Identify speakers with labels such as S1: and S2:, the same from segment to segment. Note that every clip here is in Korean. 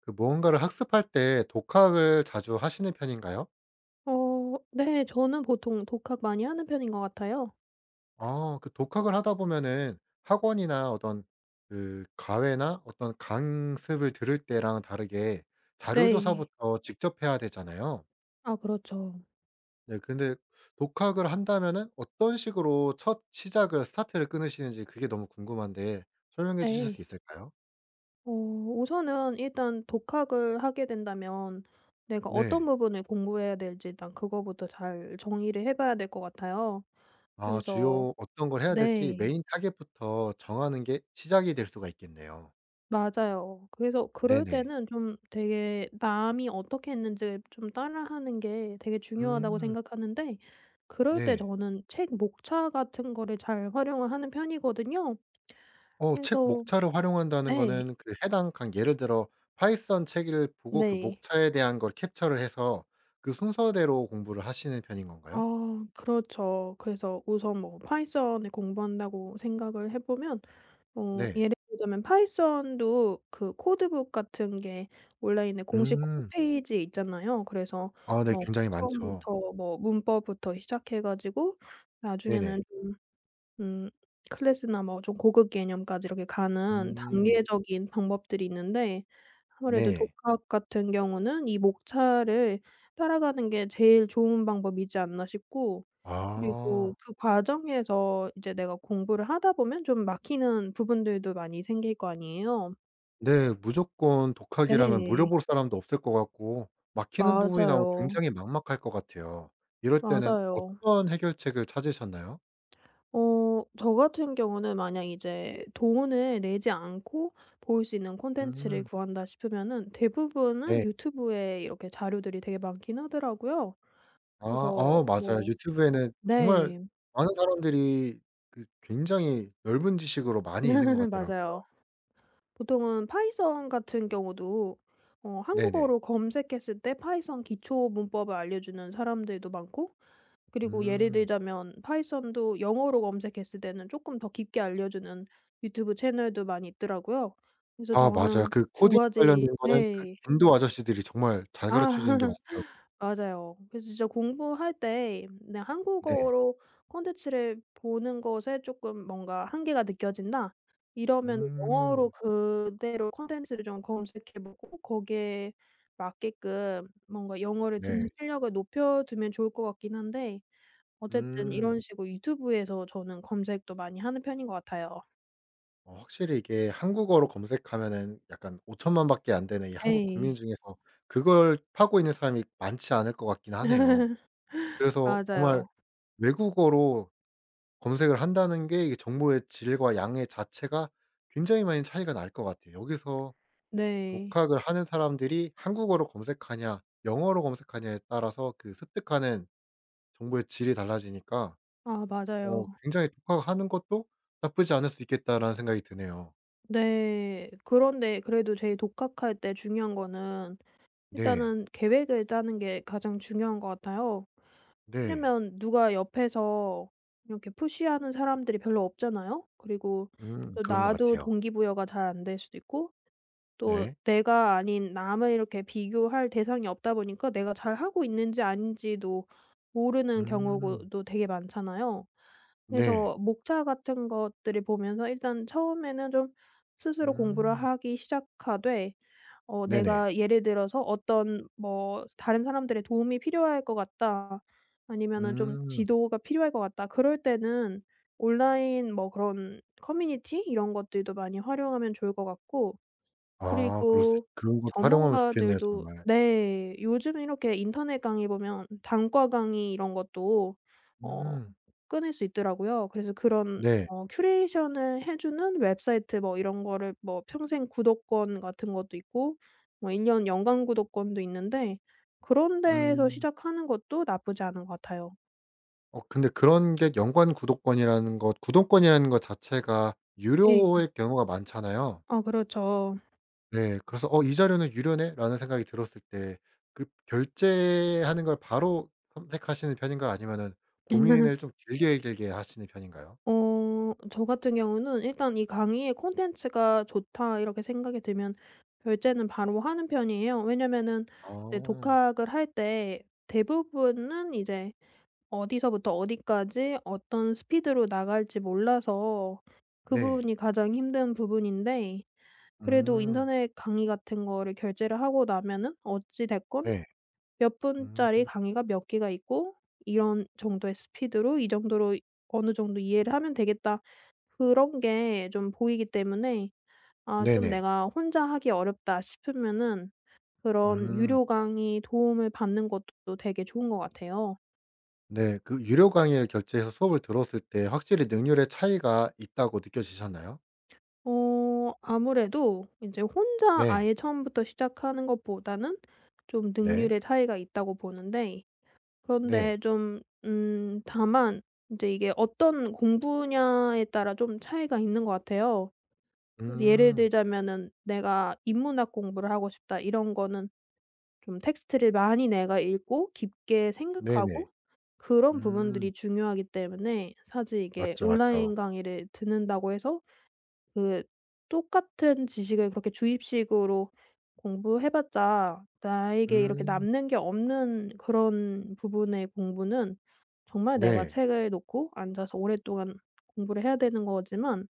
S1: 그 무언가를 학습할 때 독학을 자주 하시는 편인가요?
S2: 어 네. 저는 보통 독학 많이 하는 편인 것 같아요.
S1: 아 그 독학을 하다 보면은 학원이나 어떤 그 과외나 어떤 강습을 들을 때랑 다르게 자료
S2: 네.
S1: 조사부터 직접 해야 되잖아요.
S2: 아 그렇죠.
S1: 네 근데 독학을 한다면은 어떤 식으로 첫 시작을 스타트를 끊으시는지 그게 너무 궁금한데 설명해 주실 수
S2: 네.
S1: 있을까요?
S2: 우선은 일단 독학을 하게 된다면 내가 어떤
S1: 네.
S2: 부분을 공부해야 될지 일단 그거부터 잘 정의를 해 봐야 될 것 같아요.
S1: 아
S2: 그래서
S1: 주요 어떤 걸 해야 될지
S2: 네.
S1: 메인 타겟부터 정하는 게 시작이 될 수가 있겠네요.
S2: 맞아요. 그래서 그럴
S1: 네네.
S2: 때는 좀 되게 남이 어떻게 했는지 좀 따라하는 게 되게 중요하다고
S1: 음.
S2: 생각하는데 그럴 때
S1: 네.
S2: 저는 책 목차 같은 거를 잘 활용을 하는 편이거든요.
S1: 어 책
S2: 그래서
S1: 목차를 활용한다는
S2: 네.
S1: 거는 그 해당 강 예를 들어 파이썬 책을 보고 그
S2: 네.
S1: 목차에 대한 걸 캡처를 해서 그 순서대로 공부를 하시는 편인 건가요?
S2: 아 그렇죠. 그래서 우선 뭐 파이썬을 공부한다고 생각을 해 보면
S1: 네.
S2: 예를 들자면 파이썬도 그 코드북 같은 게 온라인에 공식
S1: 음.
S2: 홈페이지에 있잖아요. 그래서
S1: 아 네
S2: 뭐
S1: 굉장히 많죠.
S2: 처음부터 뭐 문법부터 시작해 가지고
S1: 네네.
S2: 나중에는 음 클래스나 뭐 좀 고급 개념까지 이렇게 가는
S1: 음.
S2: 단계적인 방법들이 있는데 아무래도
S1: 네.
S2: 독학 같은 경우는 이 목차를 따라가는 게 제일 좋은 방법이지 않나 싶고,
S1: 아.
S2: 그리고 그 과정에서 이제 내가 공부를 하다 보면 좀 막히는 부분들도 많이 생길 거 아니에요.
S1: 네. 무조건 독학이라면
S2: 네.
S1: 물어볼 사람도 없을 것 같고 막히는 부분이 나오면
S2: 맞아요.
S1: 굉장히 막막할 것 같아요. 이럴 때는
S2: 맞아요.
S1: 어떤 해결책을 찾으셨나요?
S2: 저 같은 경우는 만약 이제 돈을 내지 않고 볼 수 있는 콘텐츠를
S1: 음.
S2: 구한다 싶으면은 대부분은
S1: 네.
S2: 유튜브에 이렇게 자료들이 되게 많긴 하더라고요.
S1: 아.
S2: 그래서
S1: 어 맞아요.
S2: 뭐
S1: 유튜브에는 정말
S2: 네.
S1: 많은 사람들이 그 굉장히 넓은 지식으로 많이 있는 것 같더라고요.
S2: 맞아요. 보통은 파이썬 같은 경우도
S1: 네네.
S2: 한국어로 검색했을 때 파이썬 기초 문법을 알려주는 사람들도 많고, 그리고 예를
S1: 음.
S2: 들자면 파이썬도 영어로 검색했을 때는 조금 더 깊게 알려주는 유튜브 채널도 많이 있더라고요. 그래서
S1: 아 맞아요.
S2: 저는
S1: 그
S2: 두
S1: 코딩
S2: 가지
S1: 관련된 거는 그
S2: 네.
S1: 인도 아저씨들이 정말 잘
S2: 아.
S1: 가르쳐 주는 게 많더라고요.
S2: 맞아요. 그래서 진짜 공부할 때 그냥
S1: 네.
S2: 한국어로 콘텐츠를 보는 것에 조금 뭔가 한계가 느껴진다? 이러면 영어로
S1: 음.
S2: 그대로 콘텐츠를 좀 검색해 보고 거기에 맞게끔 뭔가 영어를
S1: 네.
S2: 듣는 실력을 높여두면 좋을 것 같긴 한데, 어쨌든
S1: 음.
S2: 이런 식으로 유튜브에서 저는 검색도 많이 하는 편인 것 같아요.
S1: 어 확실히 이게 한국어로 검색하면은 약간 5천만 밖에 안 되는 이 한국 국민
S2: 예.
S1: 중에서 그걸 파고 있는 사람이 많지 않을 것 같긴 하네요. 그래서 정말
S2: 맞아요.
S1: 외국어로 검색을 한다는 게 이게 정보의 질과 양의 자체가 굉장히 많이 차이가 날 것 같아요. 여기서
S2: 네.
S1: 독학을 하는 사람들이 한국어로 검색하냐 영어로 검색하냐에 따라서 그 습득하는 정보의 질이 달라지니까
S2: 아
S1: 어
S2: 맞아요.
S1: 굉장히 '독학하는 것도 나쁘지 않을 수 있겠다.'라는 생각이 드네요.
S2: 네. 그런데 그래도 제일 독학할 때 중요한 거는
S1: 네.
S2: 일단은 계획을 짜는 게 가장 중요한 것 같아요.
S1: 네.
S2: 왜냐면 누가 옆에서 이렇게 푸시하는 사람들이 별로 없잖아요. 그리고 또
S1: 그런 것
S2: 나도
S1: 같아요.
S2: 동기부여가 잘 안 될 수도 있고, 또
S1: 네.
S2: 내가 아닌 남을 이렇게 비교할 대상이 없다 보니까 내가 잘하고 있는지 아닌지도 모르는
S1: 음.
S2: 경우도 되게 많잖아요.
S1: 네.
S2: 그래서 목차 같은 것들을 보면서 일단 처음에는 좀 스스로 공부를
S1: 음.
S2: 하기 시작하되,
S1: 네네.
S2: 내가 예를 들어서 어떤 뭐 '다른 사람들의 도움이 필요할 것 같다.' 아니면은 좀
S1: 음.
S2: '지도가 필요할 것 같다.' 그럴 때는 온라인 뭐 그런 커뮤니티 이런 것들도 많이 활용하면 좋을 것 같고,
S1: 아 그럴 수 있
S2: 그리고
S1: 그런 것도 활용하면 좋겠네요
S2: 전문가들도
S1: 정말.
S2: 네. 요즘 이렇게 인터넷 강의 보면 단과 강의 이런 것도 어
S1: 음.
S2: 끊을 수 있더라고요. 그래서 그런
S1: 네.
S2: 큐레이션을 해 주는 웹사이트 뭐 이런 거를 뭐 평생 구독권 같은 것도 있고 뭐 1 년 연간 구독권도 있는데, 그런 데에서
S1: 음.
S2: 시작하는 것도 나쁘지 않은 것 같아요.
S1: 어 근데 그런 게 연관 구독권이라는 것 구독권이라는 것 자체가
S2: 네.
S1: 유료일 경우가 많잖아요.
S2: 어 그렇죠.
S1: 네. 그래서 '어 이 자료는 유료네.'라는 생각이 들었을 때 그 결제하는 걸 바로 선택하시는 편인가요? 아니면은 고민을 좀 길게 길게 하시는 편인가요?
S2: 저 같은 경우는 일단 이 강의의 콘텐츠가 좋다 이렇게 생각이 들면 결제는 바로 하는 편이에요. 왜냐면은 이제
S1: 아.
S2: 독학을 할 때 대부분은 이제 어디서부터 어디까지 어떤 스피드로 나갈지 몰라서 그
S1: 네.
S2: 부분이 가장 힘든 부분인데, 그래도
S1: 음.
S2: 인터넷 강의 같은 거를 결제를 하고 나면은 어찌 됐건
S1: 네.
S2: 몇
S1: 음.
S2: 분짜리 강의가 몇 개가 있고 '이런 정도의 스피드로 이 정도로 어느 정도 이해를 하면 되겠다.' 그런 게 좀 보이기 때문에 아 좀
S1: 네네.
S2: '내가 혼자 하기 어렵다.' 싶으면은 그런
S1: 음.
S2: 유료 강의 도움을 받는 것도 되게 좋은 것 같아요.
S1: 네. 그 유료 강의를 결제해서 수업을 들었을 때 확실히 능률의 차이가 있다고 느껴지셨나요?
S2: 아무래도 이제 혼자
S1: 네.
S2: 아예 처음부터 시작하는 것보다는 좀
S1: 네.
S2: 능률의 차이가 있다고 보는데, 그런데
S1: 네.
S2: 좀 다만 이제 이게 어떤 공부 분야에 따라 좀 차이가 있는 것 같아요. 예를
S1: 음.
S2: 들자면은 '내가 인문학 공부를 하고 싶다.' 이런 거는 좀 텍스트를 많이 내가 읽고 깊게
S1: 네네.
S2: 생각하고, 그런
S1: 음.
S2: 부분들이 중요하기 때문에 사실 이게
S1: 맞죠, 맞죠.
S2: 온라인 강의를 듣는다고 해서 그 똑같은 지식을 그렇게 주입식으로 공부해 봤자 나에게 이렇게
S1: 음.
S2: 남는 게 없는 그런 부분의 공부는 정말 내가
S1: 네.
S2: 책을 놓고 앉아서 오랫동안 공부를 해야 되는 거지만,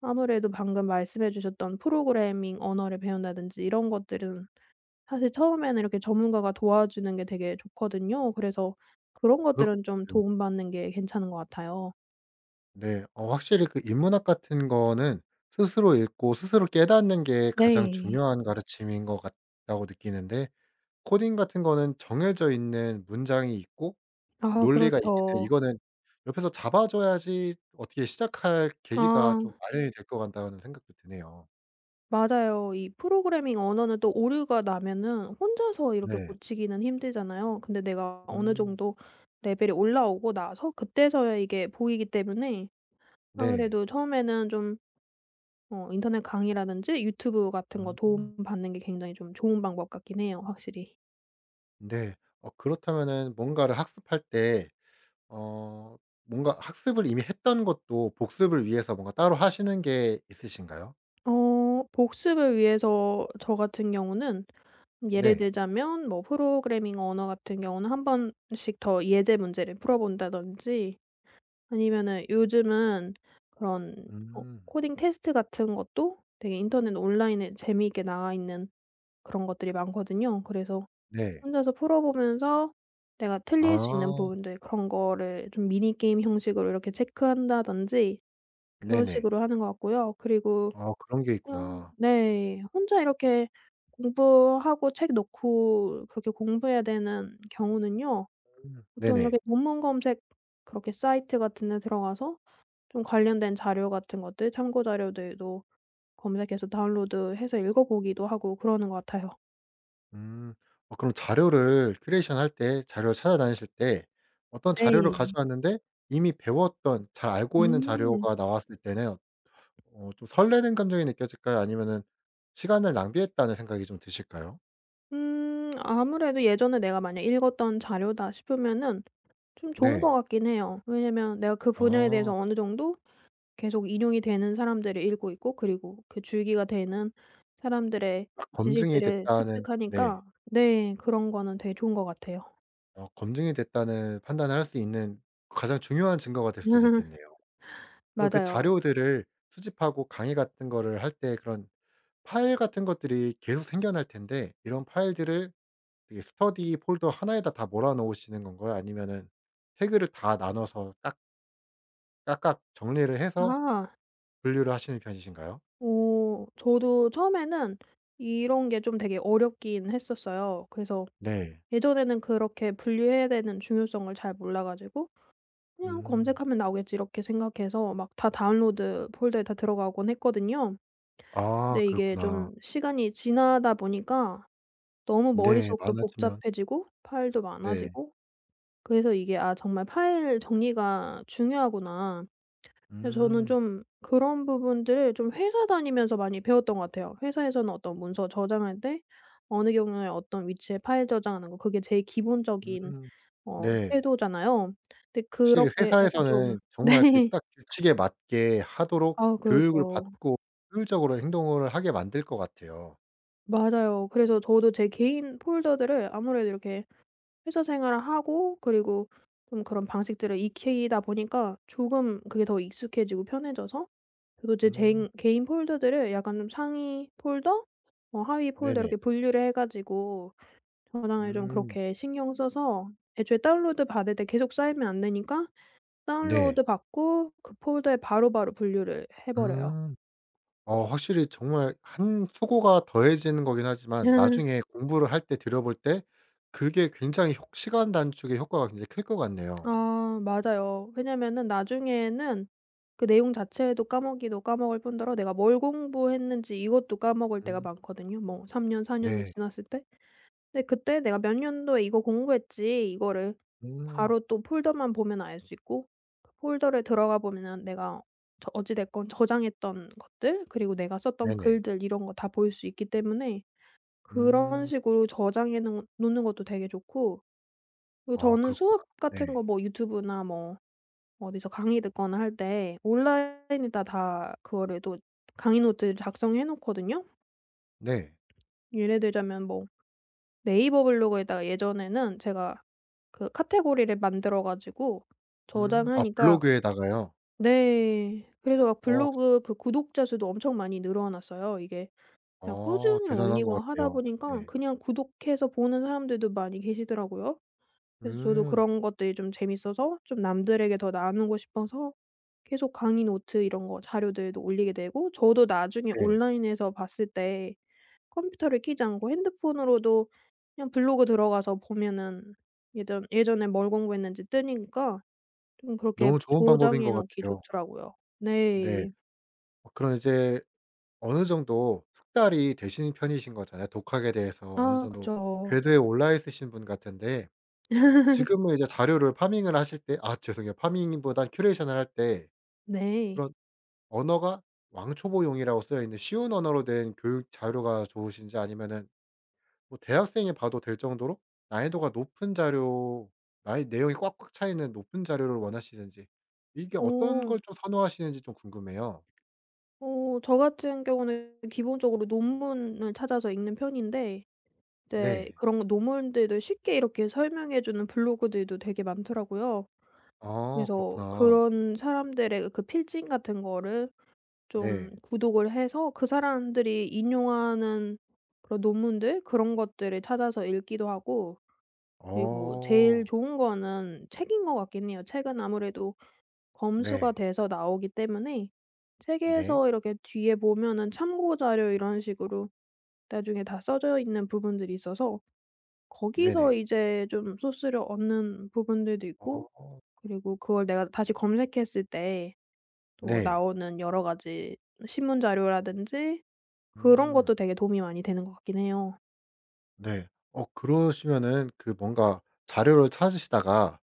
S2: 아무래도 방금 말씀해 주셨던 프로그래밍 언어를 배운다든지 이런 것들은 사실 처음에는 이렇게 전문가가 도와주는 게 되게 좋거든요. 그래서 그런
S1: 그럴 것
S2: 것들은 좀
S1: 같아요.
S2: 도움받는 게 괜찮은 것 같아요.
S1: 네. 어 확실히 그 인문학 같은 거는 스스로 읽고 스스로 깨닫는 게 가장
S2: 네.
S1: 중요한 가르침인 것 같다고 느끼는데 코딩 같은 거는 정해져 있는 문장이 있고
S2: 아
S1: 논리가 있기 때문에
S2: 그렇죠.
S1: 이거는 옆에서 잡아 줘야지 어떻게 시작할 계기가 좀
S2: 아
S1: 마련이 될 것 같다는 생각도 드네요.
S2: 맞아요. 이 프로그래밍 언어는 또 오류가 나면은 혼자서 이렇게
S1: 네.
S2: 고치기는 힘들잖아요. 근데 내가 어느
S1: 음.
S2: 정도 레벨이 올라오고 나서 그때서야 이게 보이기 때문에
S1: 네.
S2: 아무래도 처음에는 좀 인터넷 강의라든지 유튜브 같은 거
S1: 음.
S2: 도움받는 게 굉장히 좀 좋은 방법 같긴 해요, 확실히.
S1: 네. 어 그렇다면은 뭔가를 학습할 때 어 뭔가 학습을 이미 했던 것도 복습을 위해서 뭔가 따로 하시는 게 있으신가요?
S2: 복습을 위해서 저 같은 경우는 예를
S1: 네.
S2: 들자면 뭐 프로그래밍 언어 같은 경우는 한 번씩 더 예제 문제를 풀어 본다든지, 아니면은 요즘은 그런
S1: 음.
S2: 코딩 테스트 같은 것도 되게 인터넷 온라인에 재미있게 나와 있는 그런 것들이 많거든요. 그래서
S1: 네.
S2: 혼자서 풀어 보면서 내가 틀릴 수 있는
S1: 아
S2: 부분들 그런 거를 좀 미니 게임 형식으로 이렇게 체크한다든지 그런
S1: 네네.
S2: 식으로 하는 것 같고요. 그리고
S1: 아 그런 게
S2: 그냥
S1: 있구나.
S2: 네. 혼자 이렇게 공부하고 책 놓고 그렇게 공부해야 되는 경우는요. 보통 이렇게
S1: 네네.
S2: 논문 검색 그렇게 사이트 같은 데 들어가서 좀 관련된 자료 같은 것들 참고 자료들도 검색해서 다운로드해서 읽어 보기도 하고 그러는 것 같아요.
S1: 음. 어 그럼 자료를 큐레이션 할 때 자료를 찾아다니실 때 어떤 자료를
S2: 네.
S1: 가져왔는데 이미 배웠던 잘 알고 있는
S2: 음.
S1: 자료가 나왔을 때는 어 어, 좀 설레는 감정이 느껴질까요? 아니면은 '시간을 낭비했다.'는 생각이 좀 드실까요?
S2: 아무래도 예전에 내가 만약 읽었던 자료다 싶으면은 좀 좋은 것
S1: 네.
S2: 같긴 해요. 왜냐면 내가 그 분야에 대해서
S1: 아.
S2: 어느 정도 계속 인용이 되는 사람들을 읽고 있고 그리고 그 줄기가 되는 사람들의
S1: '딱 검증이
S2: 지식들을
S1: 됐다.'는 네.
S2: 습득하니까 네 그런 거는 되게 좋은 것 같아요.
S1: 어 검증이 됐다는 판단을 할 수 있는 가장 중요한 증거가 될 수도 있겠네요. 그럼 그
S2: 맞아요.
S1: 자료들을 수집하고 강의 같은 거를 할 때 그런 파일 같은 것들이 계속 생겨날 텐데 이런 파일들을 되게 스터디 폴더 하나에다 다 몰아 놓으시는 건가요? 아니면은 태그를 다 나눠서 깍 깍깍 정리를 해서
S2: 아.
S1: 분류를 하시는 편이신가요?
S2: 저도 처음에는 이런 게 좀 되게 어렵긴 했었어요. 그래서
S1: 네.
S2: 예전에는 그렇게 분류해야 되는 중요성을 잘 몰라 가지고 '그냥
S1: 음.
S2: 검색하면 나오겠지.' 이렇게 생각해서 막 다 다운로드 폴더에 다 들어가곤 했거든요.
S1: 아
S2: 근데 이게
S1: 그렇구나.
S2: 좀 시간이 지나다 보니까 너무
S1: 네.
S2: 머릿속도
S1: 많아지면
S2: 복잡해지고 파일도
S1: 네.
S2: 많아지고, 그래서 이게 '아 정말 파일 정리가 중요하구나.' 그래서 저는
S1: 음.
S2: 좀 그런 부분들을 좀 회사 다니면서 많이 배웠던 것 같아요. 회사에서는 어떤 문서 저장할 때 어느 경우에 어떤 위치에 파일 저장하는 거, 그게 제일 기본적인
S1: 음. 네.
S2: 태도잖아요. 근데
S1: 확실히
S2: 그렇게 약간 좀
S1: 회사에서는 정말 그
S2: 네.
S1: 딱 규칙에 맞게 하도록
S2: 아
S1: 교육을
S2: 그렇죠.
S1: 받고 효율적으로 행동을 하게 만들 것 같아요.
S2: 맞아요. 그래서 저도 제 개인 폴더들을 아무래도 이렇게 회사 생활을 하고 그리고 좀 그런 방식들을 익히다 보니까 조금 그게 더 익숙해지고 편해져서 저도 제
S1: 음
S2: 쟁 개인 폴더들을 약간 좀 상위 폴더 뭐 하위 폴더
S1: 네네.
S2: 이렇게 분류를 해 가지고 저장을 좀
S1: 음
S2: 그렇게 신경 써서, 애초에 다운로드 받을 때 계속 쌓이면 안 되니까
S1: 네.
S2: 다운로드 받고 그 폴더에 바로바로 분류를 해 버려요.
S1: 음. 어 확실히 정말 한 수고가 더해지는 거긴 하지만 나중에 공부를 할 때 들여볼 때 그게 굉장히 효 시간 단축의 효과가 굉장히 클 것 같네요.
S2: 아 맞아요. 왜냐면은 나중에는 그 내용 자체도 까먹기도 까먹을 뿐더러 내가 뭘 공부했는지 이것도 까먹을 때가
S1: 음
S2: 많거든요 뭐 3 년, 4 년이
S1: 네.
S2: 지났을 때. 근데 그때 '내가 몇 년도에 이거 공부했지.' 이거를
S1: 음
S2: 바로 또 폴더만 보면 알 수 있고, 그 폴더를 들어가 보면은 내가 저 어찌 됐건 저장했던 것들 그리고 내가 썼던
S1: 네네.
S2: 글들 이런 거 다 보일 수 있기 때문에 그런
S1: 음.
S2: 식으로 저장해 놓 놓는 것도 되게 좋고, 그리고
S1: 아
S2: 저는
S1: 그렇구나.
S2: 수업
S1: 네.
S2: 같은 거 뭐 유튜브나 뭐 어디서 강의 듣거나 할 때 온라인에다 다 그거를 또 강의 노트를 작성해 놓거든요.
S1: 네.
S2: 예를 들자면 뭐 네이버 블로그에다가 예전에는 제가 그 카테고리를 만들어 가지고
S1: 아
S2: 저장하니까
S1: 블로그에다가요?
S2: 네. 그래서 막
S1: 어.
S2: 블로그 그 구독자 수도 엄청 많이 늘어났어요. 이게 그냥
S1: 어
S2: 꾸준히
S1: 대단한
S2: 올리고
S1: 것
S2: 하다
S1: 같아요.
S2: 보니까
S1: 네.
S2: 그냥 구독해서 보는 사람들도 많이 계시더라고요. 그래서 저도
S1: 음
S2: 그런 것들이 좀 재밌어서 좀 남들에게 더 나누고 싶어서 계속 강의 노트 이런 거 자료들도 올리게 되고, 저도 나중에
S1: 네.
S2: 온라인에서 봤을 때 컴퓨터를 켜지 않고 핸드폰으로도 그냥 블로그 들어가서 보면은 예전에 뭘 공부했는지 뜨니까 좀 그렇게
S1: 너무 좋은 방법인
S2: 저장해
S1: 것
S2: 놓기
S1: 같아요.
S2: 좋더라고요.
S1: 네.
S2: 네.
S1: 어 그럼 이제 어느 정도 숙달이 되신 편이신 거잖아요. 독학에 대해서 어느
S2: 아
S1: 정도
S2: 그죠.
S1: 궤도에 올라 있으신 분 같은데 지금은 이제 자료를 파밍을 하실 때 아 죄송해요. 파밍보단 큐레이션을 할 때 그런
S2: 네.
S1: 언어가 왕초보용이라고 쓰여 있는 쉬운 언어로 된 교육 자료가 좋으신지 아니면은 뭐 대학생이 봐도 될 정도로 난이도가 높은 자료 나이 내용이 꽉꽉 차 있는 높은 자료를 원하시는지 이게 어떤
S2: 어.
S1: 걸 좀 선호하시는지 좀 궁금해요.
S2: 저 같은 경우는 기본적으로 논문을 찾아서 읽는 편인데 네.
S1: 네.
S2: 그런 논문들도 쉽게 이렇게 설명해 주는 블로그들도 되게 많더라고요.
S1: 아
S2: 그래서
S1: 그렇구나.
S2: 그런 사람들의 그 필진 같은 거를 좀
S1: 네.
S2: 구독을 해서 그 사람들이 인용하는 그런 논문들 그런 것들을 찾아서 읽기도 하고, 그리고 제일
S1: 어.
S2: 좋은 거는 책인 것 같긴 해요. 책은 아무래도 검수가
S1: 네.
S2: 돼서 나오기 때문에
S1: 네.
S2: 책에서 이렇게 뒤에 보면은 참고 자료 이런 식으로 나중에 다 써져 있는 부분들이 있어서 거기서
S1: 네네.
S2: 이제 좀 소스를 얻는 부분들도 있고,
S1: 어.
S2: 그리고 그걸 내가 다시 검색했을 때 또
S1: 네.
S2: 나오는 여러 가지 신문 자료라든지 그런
S1: 음.
S2: 것도 되게 도움이 많이 되는 것 같긴 해요.
S1: 네. 어 그러시면은 그 뭔가 자료를 찾으시다가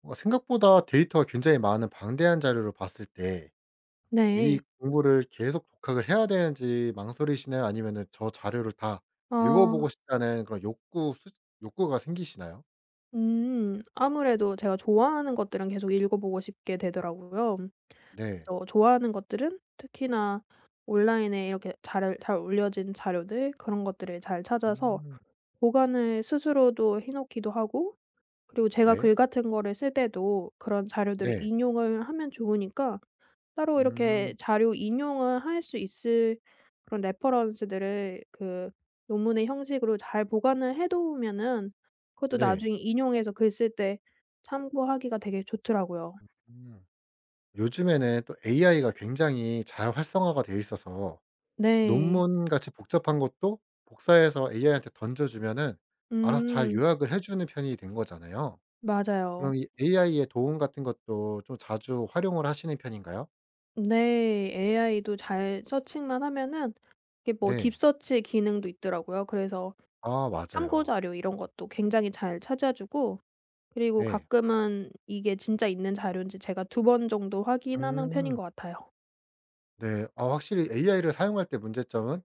S1: 뭔가 생각보다 데이터가 굉장히 많은 방대한 자료를 봤을 때 이
S2: 네.
S1: 공부를 계속 독학을 해야 되는지 망설이시나요? 아니면은 저 자료를 다
S2: 아
S1: 읽어보고 싶다는 그런 욕구가 생기시나요?
S2: 아무래도 제가 좋아하는 것들은 계속 읽어보고 싶게 되더라고요.
S1: 네.
S2: 그래서 좋아하는 것들은 특히나 온라인에 이렇게 잘 잘 올려진 자료들 그런 것들을 잘 찾아서
S1: 음.
S2: 보관을 스스로도 해 놓기도 하고, 그리고 제가
S1: 네.
S2: 글 같은 거를 쓸 때도 그런 자료들을
S1: 네.
S2: 인용을 하면 좋으니까 따로
S1: 음.
S2: 이렇게 자료 인용을 할 수 있을 그런 레퍼런스들을 그 논문의 형식으로 잘 보관을 해 놓으면은 그것도
S1: 네.
S2: 나중에 인용해서 글 쓸 때 참고하기가 되게 좋더라고요.
S1: 음. 요즘에는 또 AI가 굉장히 잘 활성화가 되어 있어서
S2: 네.
S1: 논문같이 복잡한 것도 복사해서 AI한테 던져주면은 알아서 잘
S2: 음.
S1: 요약을 해 주는 편이 된 거잖아요.
S2: 맞아요.
S1: 그럼 이 AI의 도움 같은 것도 좀 자주 활용을 하시는 편인가요?
S2: 네. AI도 잘 서칭만 하면은 이게 뭐
S1: 네.
S2: 딥서치 기능도 있더라고요. 그래서
S1: 아
S2: 참고
S1: 맞아요.
S2: 자료 이런 것도 굉장히 잘 찾아 주고 그리고
S1: 네.
S2: 가끔은 이게 진짜 있는 자료인지 제가 2번 정도 확인하는 편인
S1: 음.
S2: 것 같아요.
S1: 네. 아 확실히 AI를 사용할 때 문제점은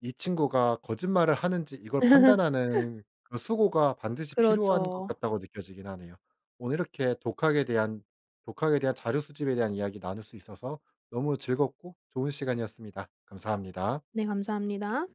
S1: 이 친구가 거짓말을 하는지 이걸 판단하는 그 수고가 반드시 필요한 것
S2: 그렇죠.
S1: 같다고 느껴지긴 하네요. 오늘 이렇게 독학에 대한 자료 수집에 대한 이야기 나눌 수 있어서 너무 즐겁고 좋은 시간이었습니다. 감사합니다.
S2: 네 감사합니다.